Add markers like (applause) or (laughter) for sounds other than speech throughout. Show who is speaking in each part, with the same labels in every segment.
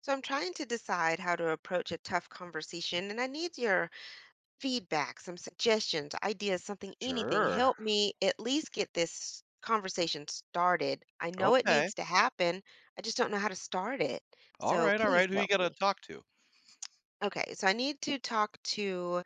Speaker 1: So I'm trying to decide how to approach a tough conversation, and I need your feedback, some suggestions, ideas, something, anything.
Speaker 2: Sure.
Speaker 1: Help me at least get this conversation started. I know it
Speaker 2: Okay.
Speaker 1: needs to happen. I just don't know how to start it.
Speaker 2: All
Speaker 1: So
Speaker 2: right, all
Speaker 1: please
Speaker 2: right. Who you
Speaker 1: help
Speaker 2: gotta
Speaker 1: me.
Speaker 2: talk to?
Speaker 1: Okay, so I need to talk to,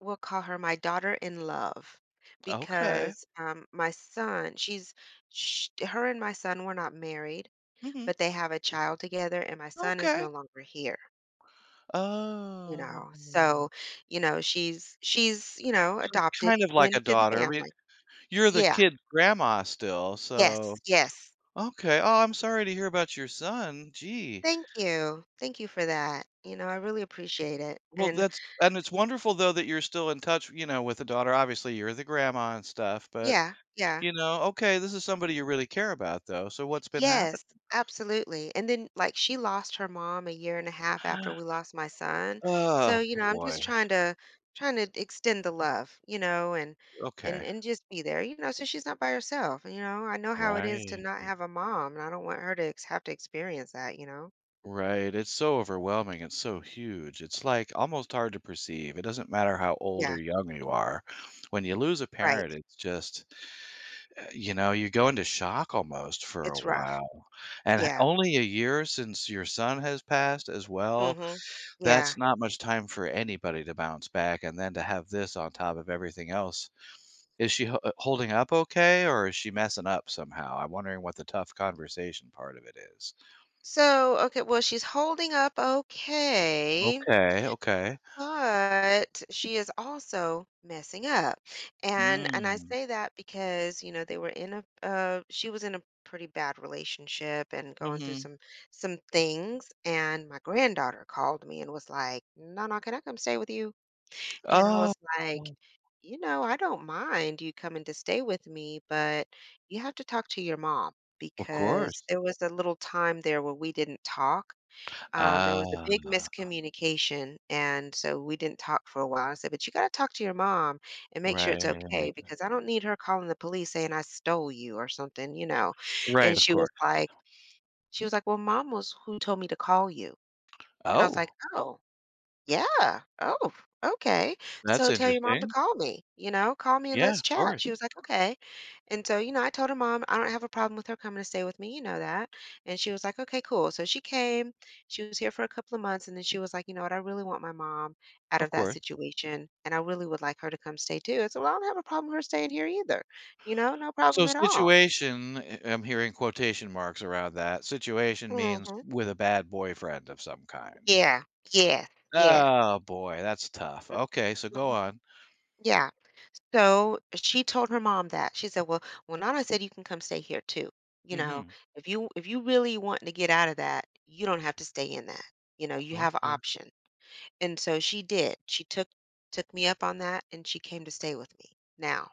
Speaker 1: we'll call her my daughter in love
Speaker 2: Okay.
Speaker 1: because my son, she's, sh her and my son were not married,
Speaker 2: Mhm.
Speaker 1: but they have a child together, and my son is
Speaker 2: Okay.
Speaker 1: no longer here. You
Speaker 2: Oh.
Speaker 1: know, so, she's, adopted
Speaker 2: Kind of like a
Speaker 1: into the
Speaker 2: daughter. I mean,
Speaker 1: family.
Speaker 2: you're the
Speaker 1: Yeah.
Speaker 2: kid's grandma still,
Speaker 1: Yes,
Speaker 2: so.
Speaker 1: yes.
Speaker 2: Okay. Oh, I'm sorry to hear about your son. Gee.
Speaker 1: Thank you. Thank you for that. You know, I really appreciate it.
Speaker 2: Well,
Speaker 1: And
Speaker 2: that's and it's wonderful though that you're still in touch, you know, with the daughter. Obviously, you're the grandma and stuff, but
Speaker 1: yeah, yeah.
Speaker 2: you know, okay, this is somebody you really care about though. So what's been happening?
Speaker 1: Yes, absolutely. And then, like, she lost her mom a year and a half after we lost my son.
Speaker 2: Oh
Speaker 1: So, you know, I'm
Speaker 2: boy.
Speaker 1: just trying to extend the love, you know, and and
Speaker 2: Okay.
Speaker 1: and just be there, so she's not by herself, you know. I know how it is to
Speaker 2: Right.
Speaker 1: not have a mom, and I don't want her to ex have to experience that, you know.
Speaker 2: Right. It's so overwhelming. It's so huge. It's like almost hard to perceive. It doesn't matter how old or
Speaker 1: Yeah,
Speaker 2: young you are. When you lose a
Speaker 1: right.
Speaker 2: parent, it's just, you know, you go into shock almost for a
Speaker 1: It's rough.
Speaker 2: while. And
Speaker 1: Yeah.
Speaker 2: only a year since your son has passed as well.
Speaker 1: Mhm.
Speaker 2: That's
Speaker 1: Yeah.
Speaker 2: not much time for anybody to bounce back. And then to have this on top of everything else. Is she holding up okay or is she messing up somehow? I'm wondering what the tough conversation part of it is.
Speaker 1: So, okay, well, she's holding up okay,
Speaker 2: Okay. Okay.
Speaker 1: but she is also messing up. And I
Speaker 2: Mm.
Speaker 1: say that because, you know, they were in a she was in a pretty bad relationship and going through
Speaker 2: Mhm.
Speaker 1: some things, and my granddaughter called me and was like, "Nana, can I come stay with you?" And I
Speaker 2: Oh,
Speaker 1: was like,
Speaker 2: oh,
Speaker 1: you know, I don't mind you coming to stay with me, but you have to talk to your mom
Speaker 2: of
Speaker 1: because
Speaker 2: course.
Speaker 1: there was a little time there where we didn't talk. There was a
Speaker 2: Ah,
Speaker 1: big miscommunication, and so we didn't talk for a while. I said, "But you got to talk to your mom and make sure
Speaker 2: right.
Speaker 1: it's okay because I don't need her calling the police saying I stole you or something, you know."
Speaker 2: Right,
Speaker 1: And
Speaker 2: of
Speaker 1: she was
Speaker 2: course.
Speaker 1: like, "She was like, well, mom was who told me to call you," and I was like,
Speaker 2: Oh,
Speaker 1: "Oh." Yeah. Oh, okay.
Speaker 2: that's
Speaker 1: So tell your mom to
Speaker 2: interesting.
Speaker 1: call me, you know, call me and
Speaker 2: Yeah,
Speaker 1: let's
Speaker 2: of
Speaker 1: chat.
Speaker 2: course,
Speaker 1: She was like, okay. And so, you know, I told her mom, I don't have a problem with her coming to stay with me. You know that. And she was like, okay, cool. So she came, she was here for a couple of months. And then she was like, you know what? I really want my mom out
Speaker 2: of
Speaker 1: of that
Speaker 2: course.
Speaker 1: situation. And I really would like her to come stay too. I said, well, I don't have a problem with her staying here either. You know, no
Speaker 2: So
Speaker 1: problem at all.
Speaker 2: situation, eh, I'm hearing quotation marks around that, situation means
Speaker 1: Hmm.
Speaker 2: with a bad boyfriend of some kind.
Speaker 1: Yeah. Yes.
Speaker 2: Oh boy, that's tough. Okay, so go
Speaker 1: Yeah.
Speaker 2: on.
Speaker 1: Yeah. So she told her mom that. She said, "Well, Nana said you can come stay here too. You know,
Speaker 2: Mhm.
Speaker 1: if you really want to get out of that, you don't have to stay in that. You know, you have an
Speaker 2: Okay.
Speaker 1: option." And so she did. She took me up on that, and she came to stay with me. Now,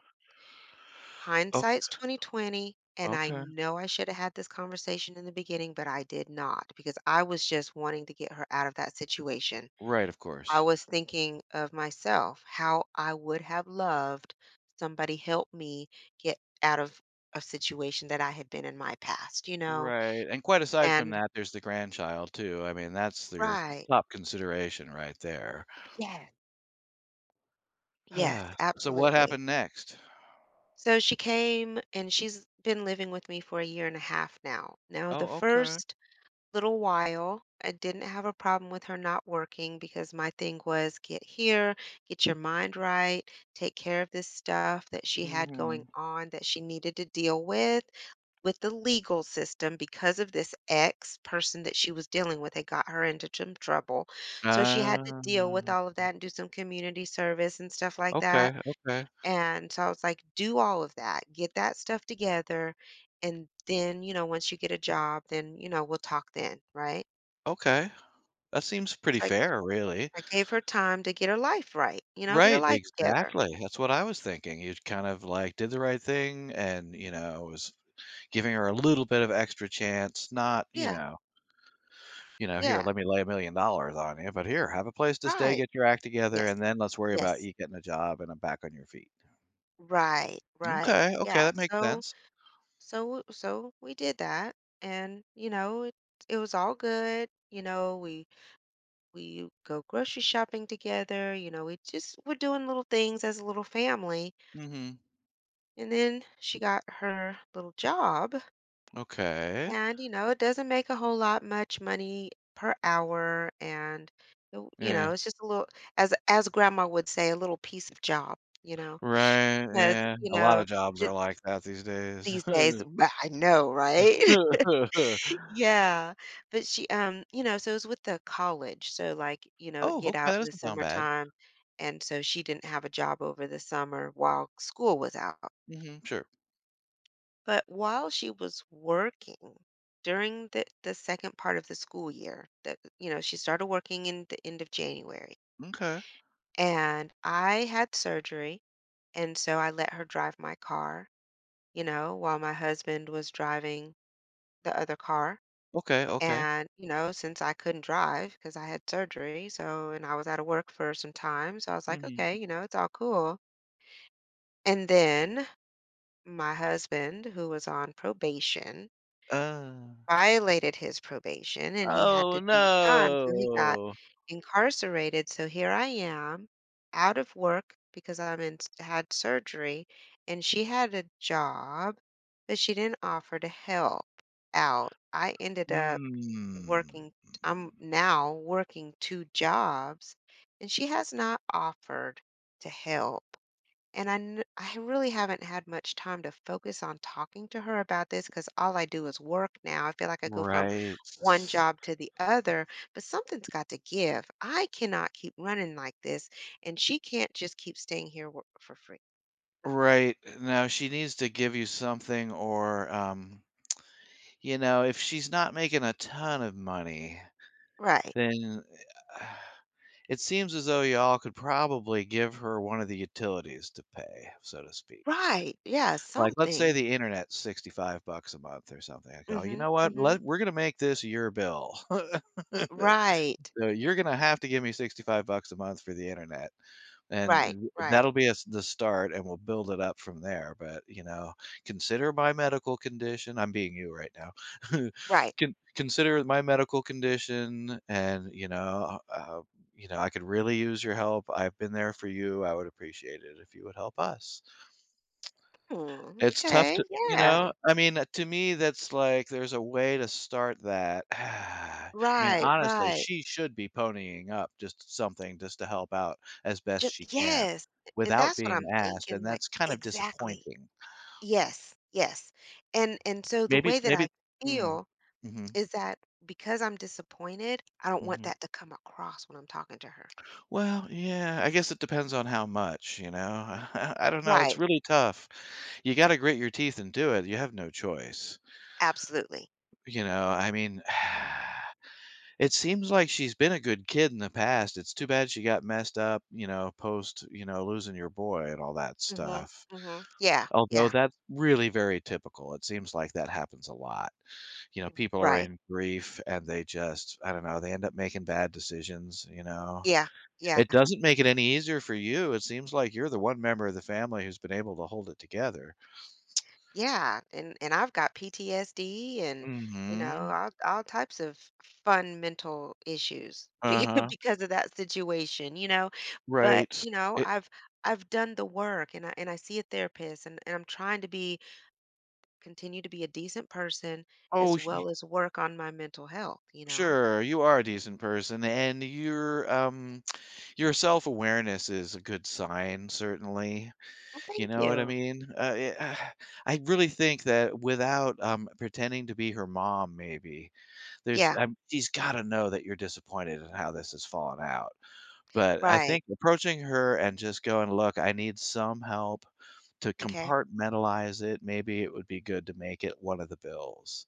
Speaker 2: Oh,
Speaker 1: hindsight's 2020, and I
Speaker 2: okay.
Speaker 1: know I should have had this conversation in the beginning, but I did not because I was just wanting to get her out of that situation.
Speaker 2: Right, of
Speaker 1: I
Speaker 2: course.
Speaker 1: was thinking of myself, how I would have loved somebody help me get out of a situation that I had been in my past, you know?
Speaker 2: Right, and quite aside from
Speaker 1: And
Speaker 2: that, there's the grandchild too. I mean, that's your
Speaker 1: right.
Speaker 2: top consideration right there.
Speaker 1: Yes.
Speaker 2: (sighs)
Speaker 1: Yes,
Speaker 2: Ah, so what
Speaker 1: absolutely.
Speaker 2: happened next?
Speaker 1: So she came, and she's been living with me for a year and a half now. Now, the
Speaker 2: Oh, okay.
Speaker 1: first little while, I didn't have a problem with her not working because my thing was get here, get your mind right, take care of this stuff that she had going
Speaker 2: Mhm.
Speaker 1: on that she needed to deal with the legal system because of this ex person that she was dealing with. It got her into some trouble. So she had to deal with
Speaker 2: Oh,
Speaker 1: all of that and do some community service and stuff like that.
Speaker 2: okay.
Speaker 1: And so I was like, do all of that, get that stuff together. And then, you know, once you get a job, then, you know, we'll talk then, right?
Speaker 2: Okay. That seems
Speaker 1: It's
Speaker 2: pretty
Speaker 1: like,
Speaker 2: fair, really.
Speaker 1: I gave her time to get her life right, you know, get her
Speaker 2: Right,
Speaker 1: life together.
Speaker 2: exactly. That's what I was thinking. You kind of, like, did the right thing and, you know, was giving her a little bit of extra chance, not, you
Speaker 1: Yeah,
Speaker 2: know you know, "Here,
Speaker 1: yeah,
Speaker 2: let me lay $1,000,000 on you, but here, have a place to stay,
Speaker 1: right.
Speaker 2: get your act together,
Speaker 1: Yes,
Speaker 2: and then let's worry about
Speaker 1: yes.
Speaker 2: you getting a job and I'm back on your feet."
Speaker 1: Right, right.
Speaker 2: Okay, okay,
Speaker 1: Yeah,
Speaker 2: that makes
Speaker 1: so
Speaker 2: sense.
Speaker 1: so so we did that, and, you know, it was all good. You know, we go grocery shopping together, you know, we just we're doing little things as a little family.
Speaker 2: Mhm.
Speaker 1: And then she got her little job.
Speaker 2: Okay.
Speaker 1: And, you know, it doesn't make a whole lot much money per hour, and, w you know,
Speaker 2: Yeah.
Speaker 1: it's just a little, as grandma would say, "A little piece of job," you know,
Speaker 2: Right,
Speaker 1: because,
Speaker 2: yeah,
Speaker 1: you
Speaker 2: a lot
Speaker 1: know,
Speaker 2: of jobs are
Speaker 1: it
Speaker 2: like that these days.
Speaker 1: these days.
Speaker 2: (laughs)
Speaker 1: But I know, right? (laughs) Yeah, but she, you know, so it was with the college, so, like, you know, it'd
Speaker 2: "Oh,
Speaker 1: get
Speaker 2: okay,
Speaker 1: out
Speaker 2: that
Speaker 1: in the
Speaker 2: doesn't sound bad.
Speaker 1: summertime, and so she didn't have a job over the summer while school was out.
Speaker 2: Mhm, sure.
Speaker 1: But while she was working during the second part of the school year, that you know, she started working in the end of January.
Speaker 2: Okay.
Speaker 1: And I had surgery, and so I let her drive my car, you know, while my husband was driving the other car.
Speaker 2: Okay, okay.
Speaker 1: And, you know, since I couldn't drive because I had surgery, so and I was out of work for some time, so I was like,
Speaker 2: Mhm.
Speaker 1: okay, you know, it's all cool. And then my husband, who was on probation,
Speaker 2: Uh,
Speaker 1: violated his probation, and he had
Speaker 2: oh,
Speaker 1: to do time, so he got
Speaker 2: no.
Speaker 1: incarcerated. So here I am, out of work because I'm in had surgery, and she had a job, but she didn't offer to help out. I ended up
Speaker 2: Mm.
Speaker 1: working. I'm now working two jobs, and she has not offered to help. And I really haven't had much time to focus on talking to her about this because all I do is work now. I feel like I go from
Speaker 2: Right.
Speaker 1: one job to the other, but something's got to give. I cannot keep running like this, and she can't just keep staying here wor for free.
Speaker 2: Right. Now she needs to give you something or, you know, if she's not making a ton of money,
Speaker 1: Right.
Speaker 2: then. (sighs) It seems as though y'all could probably give her one of the utilities to pay, so to speak.
Speaker 1: Right. Yeah,
Speaker 2: Like, let's say
Speaker 1: something.
Speaker 2: the internet's 65 bucks a month or something. I go, "You
Speaker 1: Mhm.
Speaker 2: know what?
Speaker 1: Mhm.
Speaker 2: Let we're gonna make this your bill." (laughs)
Speaker 1: Right.
Speaker 2: So you're gonna have to give me 65 bucks a month for the internet,
Speaker 1: Right.
Speaker 2: and
Speaker 1: Right.
Speaker 2: that'll be us the start, and we'll build it up from there, but, you know, consider my medical condition I'm being you right now. (laughs)
Speaker 1: Right.
Speaker 2: Consider my medical condition and, you know, I could really use your help. I've been there for you. I would appreciate it if you would help us.
Speaker 1: Hmm,
Speaker 2: It's tough
Speaker 1: okay,
Speaker 2: to you know?
Speaker 1: yeah.
Speaker 2: I mean, to me, that's like there's a way to start that. (sighs) I mean,
Speaker 1: Right,
Speaker 2: honestly,
Speaker 1: right.
Speaker 2: she should be ponying up just something just to help out as best
Speaker 1: Just
Speaker 2: she can
Speaker 1: yes, and
Speaker 2: without
Speaker 1: that's what
Speaker 2: being
Speaker 1: I'm
Speaker 2: asked, and
Speaker 1: thinking, like
Speaker 2: that's kind of
Speaker 1: exactly.
Speaker 2: disappointing.
Speaker 1: Yes, yes. And so the
Speaker 2: Maybe
Speaker 1: way that
Speaker 2: maybe
Speaker 1: I
Speaker 2: Mm.
Speaker 1: feel
Speaker 2: Mhm,
Speaker 1: is that because I'm disappointed, I don't want
Speaker 2: mhm.
Speaker 1: that to come across when I'm talking to her.
Speaker 2: Well, yeah, I guess it depends on how much, you know? (laughs) I don't know, it's
Speaker 1: Right.
Speaker 2: really tough. You gotta grit your teeth and do it, you have no choice.
Speaker 1: Absolutely.
Speaker 2: You know, I mean. (sighs) It seems like she's been a good kid in the past. It's too bad she got messed up, you know, post, you know, losing your boy and all that
Speaker 1: Mhm.
Speaker 2: stuff.
Speaker 1: Mhm. Yeah.
Speaker 2: Although
Speaker 1: Yeah.
Speaker 2: that's really very typical. It seems like that happens a lot. You know, people are
Speaker 1: Right.
Speaker 2: in grief and they just, I don't know, they end up making bad decisions, you know.
Speaker 1: Yeah. Yeah.
Speaker 2: It doesn't make it any easier for you. It seems like you're the one member of the family who's been able to hold it together.
Speaker 1: Yeah. And I've got PTSD and, you know,
Speaker 2: Mhm.
Speaker 1: all types of fun mental issues (laughs)
Speaker 2: Uh-huh.
Speaker 1: because of that situation, you know. But,
Speaker 2: Right.
Speaker 1: you know,
Speaker 2: It
Speaker 1: I've done the work, and I see a therapist, and I'm trying to be continue to be a decent person as
Speaker 2: oh, sh y
Speaker 1: well as work on my mental health, you know?
Speaker 2: Sure, you are a decent person, and you're, your self-awareness is a good sign, certainly,
Speaker 1: Well,
Speaker 2: you
Speaker 1: thank
Speaker 2: know what I
Speaker 1: you.
Speaker 2: mean? Yeah, I really think that without, pretending to be her mom maybe, there's
Speaker 1: Yeah,
Speaker 2: she's gotta know that you're disappointed in how this has fallen out, but I
Speaker 1: right.
Speaker 2: think approaching her and just going, "Look, I need some help to
Speaker 1: Okay.
Speaker 2: compartmentalize it, maybe it would be good to make it one of the bills."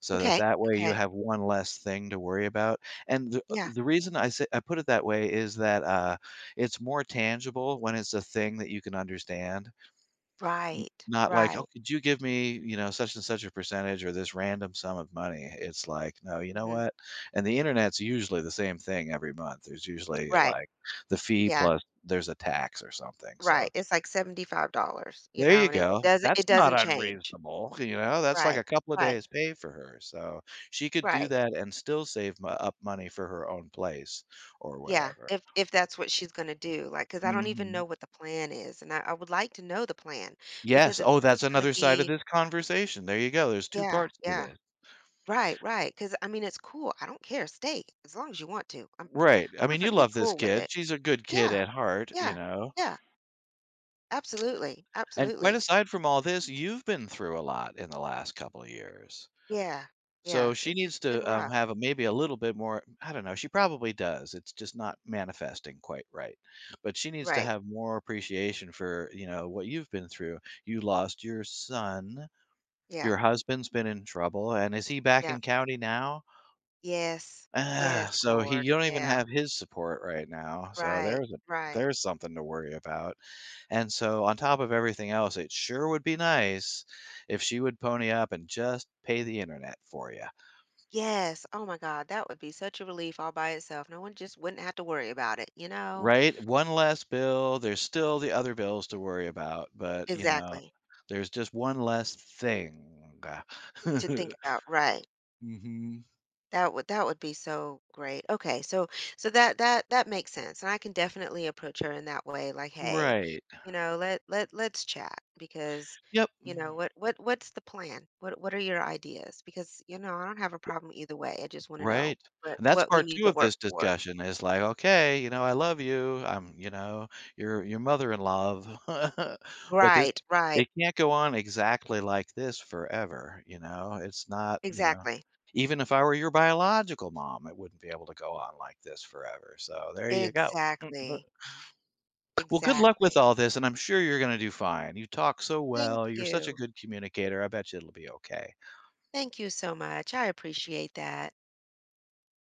Speaker 2: So
Speaker 1: Okay.
Speaker 2: that way you
Speaker 1: Okay.
Speaker 2: have one less thing to worry about, and
Speaker 1: Yeah.
Speaker 2: the reason I say I put it that way is that, it's more tangible when it's a thing that you can understand, n
Speaker 1: Right.
Speaker 2: not like, "Oh,
Speaker 1: Right.
Speaker 2: could you give me, you know, such and such a percentage or this random sum of money?" It's like, "No, you know
Speaker 1: Hmm.
Speaker 2: what?" And the Internet's usually the same thing every month. There's usually,
Speaker 1: Right.
Speaker 2: like, the fee
Speaker 1: Yeah.
Speaker 2: plus there's a tax or something, so
Speaker 1: Right. It's like $75, you
Speaker 2: there you
Speaker 1: know, and it,
Speaker 2: go. That's
Speaker 1: it
Speaker 2: not
Speaker 1: doesn't change.
Speaker 2: unreasonable, you know, that's like
Speaker 1: Right.
Speaker 2: a couple of
Speaker 1: Right.
Speaker 2: days' pay for her, so she could do
Speaker 1: Right.
Speaker 2: that and still save mo up money for her own place or
Speaker 1: Yeah.
Speaker 2: whatever.
Speaker 1: If that's what she's gonna do. Like, because I don't even
Speaker 2: Mhm.
Speaker 1: know what the plan is. And I would like to know the plan because
Speaker 2: Yes,
Speaker 1: if
Speaker 2: oh,
Speaker 1: this
Speaker 2: that's
Speaker 1: is gonna
Speaker 2: another side of
Speaker 1: be,
Speaker 2: this conversation, there you go, there's two
Speaker 1: yeah,
Speaker 2: parts to
Speaker 1: yeah.
Speaker 2: this.
Speaker 1: Right, right. Cause I mean, it's cool, I don't care, stay as long as you want to, I'm p
Speaker 2: Right, I mean, you
Speaker 1: perfectly
Speaker 2: love this
Speaker 1: cool with
Speaker 2: kid,
Speaker 1: it.
Speaker 2: she's a good kid
Speaker 1: Yeah,
Speaker 2: at heart, you
Speaker 1: yeah,
Speaker 2: know,
Speaker 1: yeah, absolutely,
Speaker 2: and quite
Speaker 1: absolutely.
Speaker 2: aside from all this, you've been through a lot in the last couple of years.
Speaker 1: Yeah,
Speaker 2: So
Speaker 1: yeah,
Speaker 2: she
Speaker 1: it's
Speaker 2: needs to
Speaker 1: been rough.
Speaker 2: have a, maybe a little bit more. I don't know. She probably does. It's just not manifesting quite right. But she needs to
Speaker 1: Right,
Speaker 2: have more appreciation for you know what you've been through. You lost your son.
Speaker 1: yeah,
Speaker 2: Your husband's been in trouble, and is he back
Speaker 1: yeah.
Speaker 2: in county now?
Speaker 1: Yes,
Speaker 2: Ah,
Speaker 1: yes,
Speaker 2: so he
Speaker 1: Lord,
Speaker 2: you don't even
Speaker 1: yeah,
Speaker 2: have his support right now. So
Speaker 1: right, right.
Speaker 2: there's something to worry about. And so on top of everything else, it sure would be nice if she would pony up and just pay the internet for you.
Speaker 1: Yes, oh my god, that would be such a relief all by itself, no one just wouldn't have to worry about it, you know?
Speaker 2: Right? One less bill, there's still the other bills to worry about, but, you know,
Speaker 1: Exactly,
Speaker 2: there's just one less thing.
Speaker 1: to
Speaker 2: (laughs)
Speaker 1: think about, right.
Speaker 2: Mhm.
Speaker 1: That would be so great. Okay, so that makes sense, and I can definitely approach her in that way. Like, hey,
Speaker 2: Right.
Speaker 1: you know, let's chat because,
Speaker 2: Yep.
Speaker 1: you know, what's the plan? What are your ideas? Because you know, I don't have a problem either way. I just want to know
Speaker 2: Right, and that's
Speaker 1: what we
Speaker 2: part
Speaker 1: need
Speaker 2: two
Speaker 1: to
Speaker 2: of
Speaker 1: work
Speaker 2: this
Speaker 1: toward.
Speaker 2: discussion is like, "Okay, you know, I love you, I'm you know, your mother in love." (laughs) But this
Speaker 1: Right,
Speaker 2: it
Speaker 1: right,
Speaker 2: can't go on exactly like this forever, you know? It's not you know,
Speaker 1: exactly,
Speaker 2: even if I were your biological mom, it wouldn't be able to go on like this forever, so there you go. (laughs)
Speaker 1: exactly,
Speaker 2: Well, good luck with
Speaker 1: exactly.
Speaker 2: all this, and I'm sure you're gonna do fine. You talk so
Speaker 1: Thank
Speaker 2: well, you're such a
Speaker 1: you,
Speaker 2: good communicator, I bet you it'll be okay.
Speaker 1: thank you so much. I appreciate that.